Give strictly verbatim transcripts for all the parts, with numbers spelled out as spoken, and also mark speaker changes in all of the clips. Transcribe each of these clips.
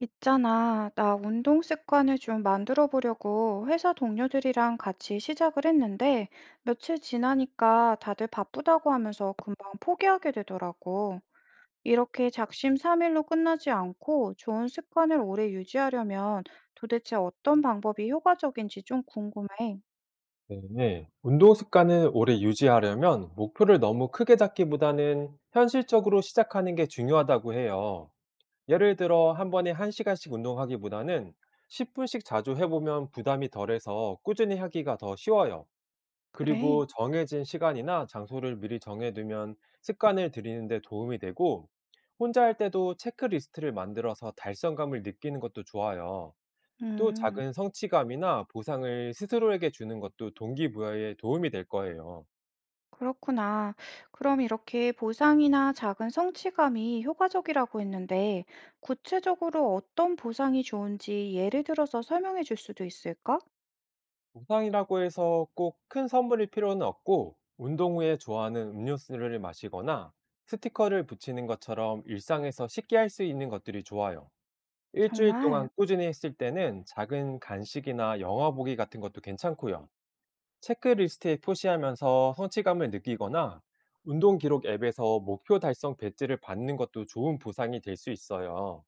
Speaker 1: 있잖아, 나 운동 습관을 좀 만들어 보려고 회사 동료들이랑 같이 시작을 했는데 며칠 지나니까 다들 바쁘다고 하면서 금방 포기하게 되더라고. 이렇게 작심삼일로 끝나지 않고 좋은 습관을 오래 유지하려면 도대체 어떤 방법이 효과적인지 좀 궁금해.
Speaker 2: 네. 운동 습관을 오래 유지하려면 목표를 너무 크게 잡기보다는 현실적으로 시작하는 게 중요하다고 해요. 예를 들어 한 번에 한 시간씩 운동하기보다는 십 분씩 자주 해보면 부담이 덜해서 꾸준히 하기가 더 쉬워요. 그리고
Speaker 1: 그래.
Speaker 2: 정해진 시간이나 장소를 미리 정해두면 습관을 들이는 데 도움이 되고, 혼자 할 때도 체크리스트를 만들어서 달성감을 느끼는 것도 좋아요. 또
Speaker 1: 음.
Speaker 2: 작은 성취감이나 보상을 스스로에게 주는 것도 동기부여에 도움이 될 거예요.
Speaker 1: 그렇구나. 그럼 이렇게 보상이나 작은 성취감이 효과적이라고 했는데, 구체적으로 어떤 보상이 좋은지 예를 들어서 설명해 줄 수도 있을까?
Speaker 2: 보상이라고 해서 꼭 큰 선물일 필요는 없고, 운동 후에 좋아하는 음료수를 마시거나 스티커를 붙이는 것처럼 일상에서 쉽게 할 수 있는 것들이 좋아요. 일주일 동안
Speaker 1: 정말,
Speaker 2: 꾸준히 했을 때는 작은 간식이나 영화 보기 같은 것도 괜찮고요. 체크리스트에 표시하면서 성취감을 느끼거나 운동 기록 앱에서 목표 달성 배지를 받는 것도 좋은 보상이 될 수 있어요.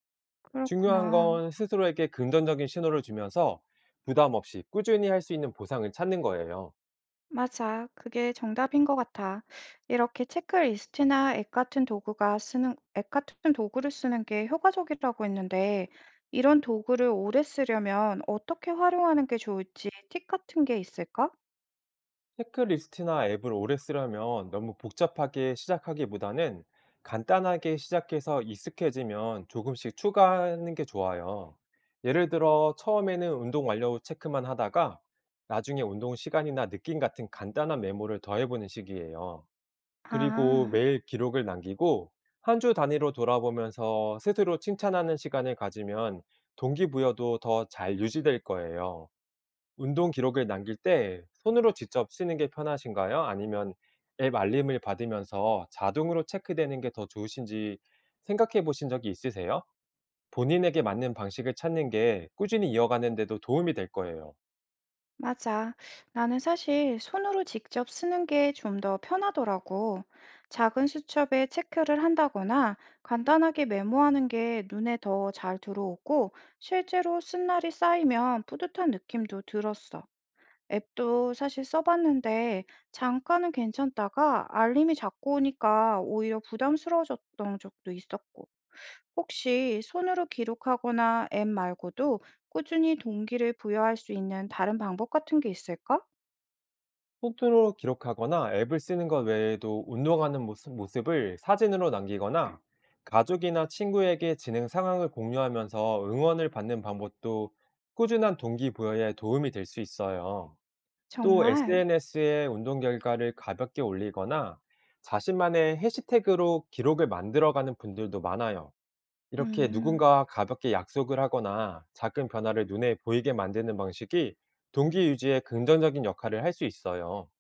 Speaker 2: 중요한
Speaker 1: 그렇구나.
Speaker 2: 건 스스로에게 긍정적인 신호를 주면서 부담 없이 꾸준히 할 수 있는 보상을 찾는 거예요.
Speaker 1: 맞아. 그게 정답인 것 같아. 이렇게 체크리스트나 앱 같은 도구가 쓰는, 앱 같은 도구를 쓰는 게 효과적이라고 했는데, 이런 도구를 오래 쓰려면 어떻게 활용하는 게 좋을지 팁 같은 게 있을까?
Speaker 2: 체크리스트나 앱을 오래 쓰려면 너무 복잡하게 시작하기보다는 간단하게 시작해서 익숙해지면 조금씩 추가하는 게 좋아요. 예를 들어 처음에는 운동 완료 후 체크만 하다가 나중에 운동 시간이나 느낌 같은 간단한 메모를 더해보는 식이에요. 그리고
Speaker 1: 아.
Speaker 2: 매일 기록을 남기고 한 주 단위로 돌아보면서 스스로 칭찬하는 시간을 가지면 동기부여도 더 잘 유지될 거예요. 운동 기록을 남길 때 손으로 직접 쓰는 게 편하신가요? 아니면 앱 알림을 받으면서 자동으로 체크되는 게 더 좋으신지 생각해 보신 적이 있으세요? 본인에게 맞는 방식을 찾는 게 꾸준히 이어가는 데도 도움이 될 거예요.
Speaker 1: 맞아. 나는 사실 손으로 직접 쓰는 게 좀 더 편하더라고. 작은 수첩에 체크를 한다거나 간단하게 메모하는 게 눈에 더 잘 들어오고 실제로 쓴 날이 쌓이면 뿌듯한 느낌도 들었어. 앱도 사실 써봤는데 잠깐은 괜찮다가 알림이 자꾸 오니까 오히려 부담스러워졌던 적도 있었고. 혹시 손으로 기록하거나 앱 말고도 꾸준히 동기를 부여할 수 있는 다른 방법 같은 게 있을까?
Speaker 2: 포토로 기록하거나 앱을 쓰는 것 외에도 운동하는 모습, 모습을 사진으로 남기거나 가족이나 친구에게 진행 상황을 공유하면서 응원을 받는 방법도 꾸준한 동기부여에 도움이 될 수 있어요. 또
Speaker 1: 정말?
Speaker 2: 에스엔에스에 운동 결과를 가볍게 올리거나 자신만의 해시태그로 기록을 만들어가는 분들도 많아요. 이렇게
Speaker 1: 음,
Speaker 2: 누군가와 가볍게 약속을 하거나 작은 변화를 눈에 보이게 만드는 방식이 동기 유지에 긍정적인 역할을 할 수 있어요.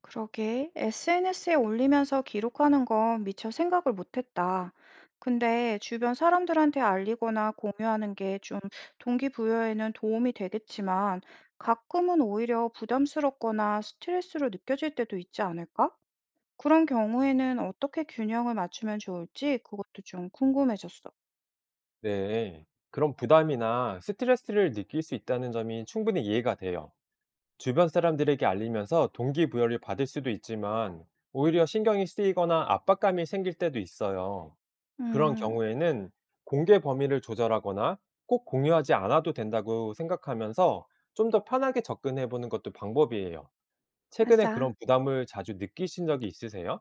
Speaker 1: 그러게. 에스엔에스에 올리면서 기록하는 건 미처 생각을 못했다. 근데 주변 사람들한테 알리거나 공유하는 게 좀 동기부여에는 도움이 되겠지만 가끔은 오히려 부담스럽거나 스트레스로 느껴질 때도 있지 않을까? 그런 경우에는 어떻게 균형을 맞추면 좋을지 그것도 좀 궁금해졌어.
Speaker 2: 네. 그런 부담이나 스트레스를 느낄 수 있다는 점이 충분히 이해가 돼요. 주변 사람들에게 알리면서 동기부여를 받을 수도 있지만, 오히려 신경이 쓰이거나 압박감이 생길 때도 있어요. 그런
Speaker 1: 음,
Speaker 2: 경우에는 공개 범위를 조절하거나 꼭 공유하지 않아도 된다고 생각하면서 좀 더 편하게 접근해 보는 것도 방법이에요. 최근에
Speaker 1: 맞아.
Speaker 2: 그런 부담을 자주 느끼신 적이 있으세요?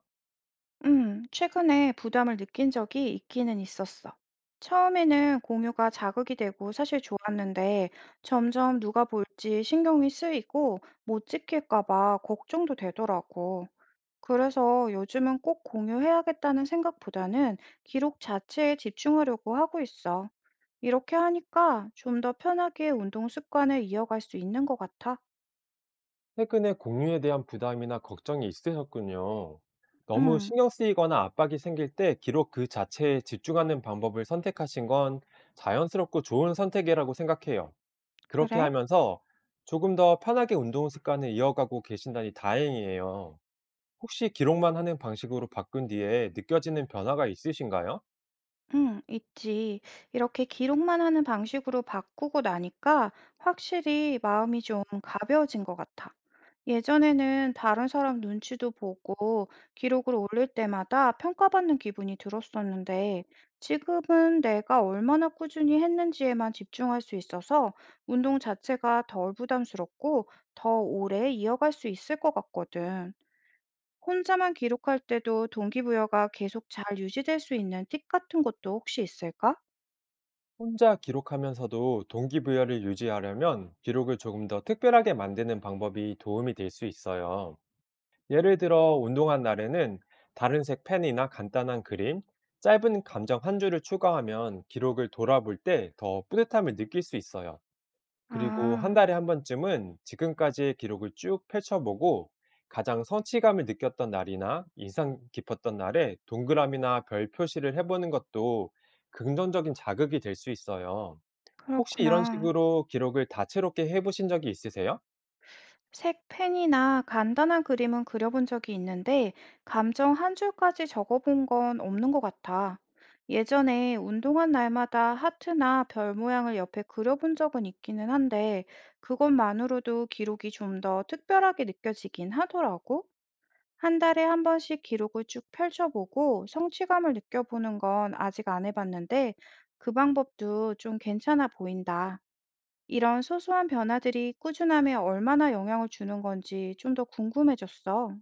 Speaker 1: 음, 최근에 부담을 느낀 적이 있기는 있었어. 처음에는 공유가 자극이 되고 사실 좋았는데 점점 누가 볼지 신경이 쓰이고 못 지킬까 봐 걱정도 되더라고. 그래서 요즘은 꼭 공유해야겠다는 생각보다는 기록 자체에 집중하려고 하고 있어. 이렇게 하니까 좀 더 편하게 운동 습관을 이어갈 수 있는 것 같아.
Speaker 2: 최근에 공유에 대한 부담이나 걱정이 있으셨군요. 너무
Speaker 1: 음,
Speaker 2: 신경 쓰이거나 압박이 생길 때 기록 그 자체에 집중하는 방법을 선택하신 건 자연스럽고 좋은 선택이라고 생각해요. 그렇게
Speaker 1: 그래?
Speaker 2: 하면서 조금 더 편하게 운동 습관을 이어가고 계신다니 다행이에요. 혹시 기록만 하는 방식으로 바꾼 뒤에 느껴지는 변화가 있으신가요?
Speaker 1: 응, 있지. 이렇게 기록만 하는 방식으로 바꾸고 나니까 확실히 마음이 좀 가벼워진 것 같아. 예전에는 다른 사람 눈치도 보고 기록을 올릴 때마다 평가받는 기분이 들었었는데 지금은 내가 얼마나 꾸준히 했는지에만 집중할 수 있어서 운동 자체가 덜 부담스럽고 더 오래 이어갈 수 있을 것 같거든. 혼자만 기록할 때도 동기부여가 계속 잘 유지될 수 있는 팁 같은 것도 혹시 있을까?
Speaker 2: 혼자 기록하면서도 동기부여를 유지하려면 기록을 조금 더 특별하게 만드는 방법이 도움이 될 수 있어요. 예를 들어 운동한 날에는 다른 색 펜이나 간단한 그림, 짧은 감정 한 줄을 추가하면 기록을 돌아볼 때 더 뿌듯함을 느낄 수 있어요. 그리고 한
Speaker 1: 아,
Speaker 2: 달에 한 번쯤은 지금까지의 기록을 쭉 펼쳐보고 가장 성취감을 느꼈던 날이나 인상 깊었던 날에 동그라미나 별 표시를 해보는 것도 긍정적인 자극이 될 수 있어요. 혹시 이런
Speaker 1: 그렇구나.
Speaker 2: 식으로 기록을 다채롭게 해보신 적이 있으세요?
Speaker 1: 색 펜이나 간단한 그림은 그려본 적이 있는데, 감정 한 줄까지 적어본 건 없는 것 같아. 예전에 운동한 날마다 하트나 별 모양을 옆에 그려본 적은 있기는 한데, 그것만으로도 기록이 좀 더 특별하게 느껴지긴 하더라고. 한 달에 한 번씩 기록을 쭉 펼쳐보고 성취감을 느껴보는 건 아직 안 해봤는데 그 방법도 좀 괜찮아 보인다. 이런 소소한 변화들이 꾸준함에 얼마나 영향을 주는 건지 좀 더 궁금해졌어.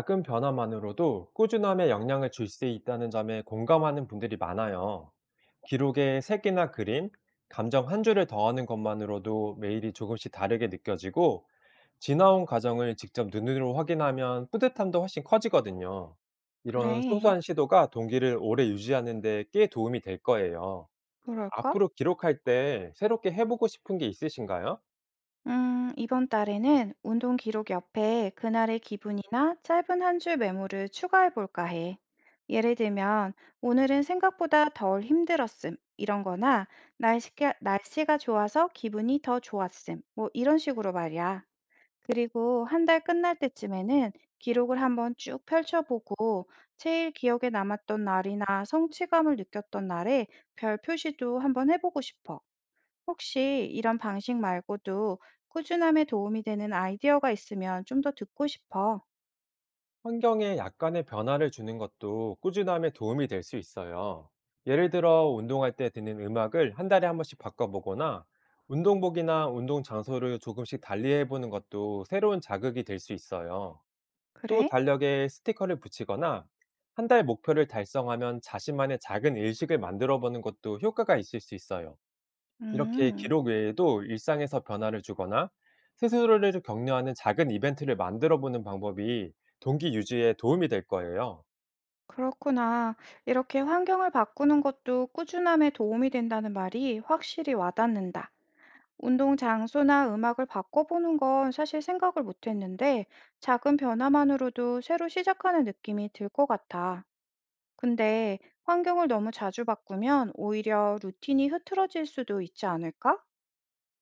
Speaker 2: 작은 변화만으로도 꾸준함에 영향을 줄 수 있다는 점에 공감하는 분들이 많아요. 기록에 색이나 그림, 감정 한 줄을 더하는 것만으로도 매일이 조금씩 다르게 느껴지고, 지나온 과정을 직접 눈으로 확인하면 뿌듯함도 훨씬 커지거든요. 이런
Speaker 1: 그래,
Speaker 2: 소소한 시도가 동기를 오래 유지하는데 꽤 도움이 될 거예요.
Speaker 1: 그럴까?
Speaker 2: 앞으로 기록할 때 새롭게 해보고 싶은 게 있으신가요?
Speaker 1: 음, 이번 달에는 운동 기록 옆에 그날의 기분이나 짧은 한 줄 메모를 추가해 볼까 해. 예를 들면, 오늘은 생각보다 덜 힘들었음, 이런 거나, 날씨가, 날씨가 좋아서 기분이 더 좋았음, 뭐 이런 식으로 말이야. 그리고 한 달 끝날 때쯤에는 기록을 한번 쭉 펼쳐보고, 제일 기억에 남았던 날이나 성취감을 느꼈던 날에 별 표시도 한번 해보고 싶어. 혹시 이런 방식 말고도 꾸준함에 도움이 되는 아이디어가 있으면 좀 더 듣고 싶어.
Speaker 2: 환경에 약간의 변화를 주는 것도 꾸준함에 도움이 될 수 있어요. 예를 들어 운동할 때 듣는 음악을 한 달에 한 번씩 바꿔보거나 운동복이나 운동 장소를 조금씩 달리해보는 것도 새로운 자극이 될 수 있어요. 또
Speaker 1: 그래?
Speaker 2: 달력에 스티커를 붙이거나 한 달 목표를 달성하면 자신만의 작은 일식을 만들어 보는 것도 효과가 있을 수 있어요. 이렇게
Speaker 1: 음,
Speaker 2: 기록 외에도 일상에서 변화를 주거나 스스로를 격려하는 작은 이벤트를 만들어 보는 방법이 동기 유지에 도움이 될 거예요.
Speaker 1: 그렇구나. 이렇게 환경을 바꾸는 것도 꾸준함에 도움이 된다는 말이 확실히 와닿는다. 운동 장소나 음악을 바꿔보는 건 사실 생각을 못했는데 작은 변화만으로도 새로 시작하는 느낌이 들 것 같아. 근데 환경을 너무 자주 바꾸면 오히려 루틴이 흐트러질 수도 있지 않을까?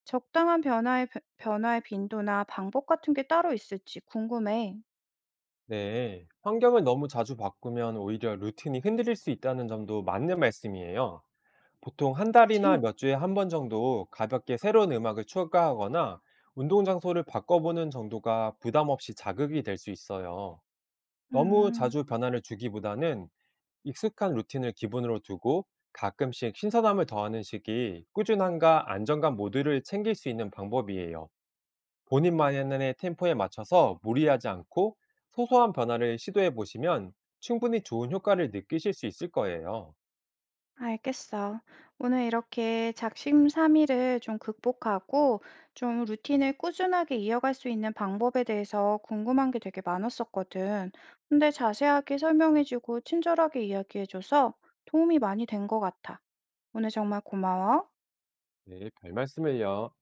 Speaker 1: 적당한 변화의 변 변화의 빈도나 방법 같은 게 따로 있을지 궁금해.
Speaker 2: 네. 환경을 너무 자주 바꾸면 오히려 루틴이 흔들릴 수 있다는 점도 맞는 말씀이에요. 보통 한 달이나
Speaker 1: 그치?
Speaker 2: 몇 주에 한 번 정도 가볍게 새로운 음악을 추가하거나 운동 장소를 바꿔보는 정도가 부담 없이 자극이 될 수 있어요. 너무
Speaker 1: 음.
Speaker 2: 자주 변화를 주기보다는 익숙한 루틴을 기본으로 두고 가끔씩 신선함을 더하는 식이 꾸준함과 안정감 모두를 챙길 수 있는 방법이에요. 본인만의 템포에 맞춰서 무리하지 않고 소소한 변화를 시도해 보시면 충분히 좋은 효과를 느끼실 수 있을 거예요.
Speaker 1: 알겠어. 오늘 이렇게 작심삼일을 좀 극복하고 좀 루틴을 꾸준하게 이어갈 수 있는 방법에 대해서 궁금한 게 되게 많았었거든. 근데 자세하게 설명해 주고 친절하게 이야기해 줘서 도움이 많이 된 것 같아. 오늘 정말 고마워.
Speaker 2: 네, 별 말씀을요.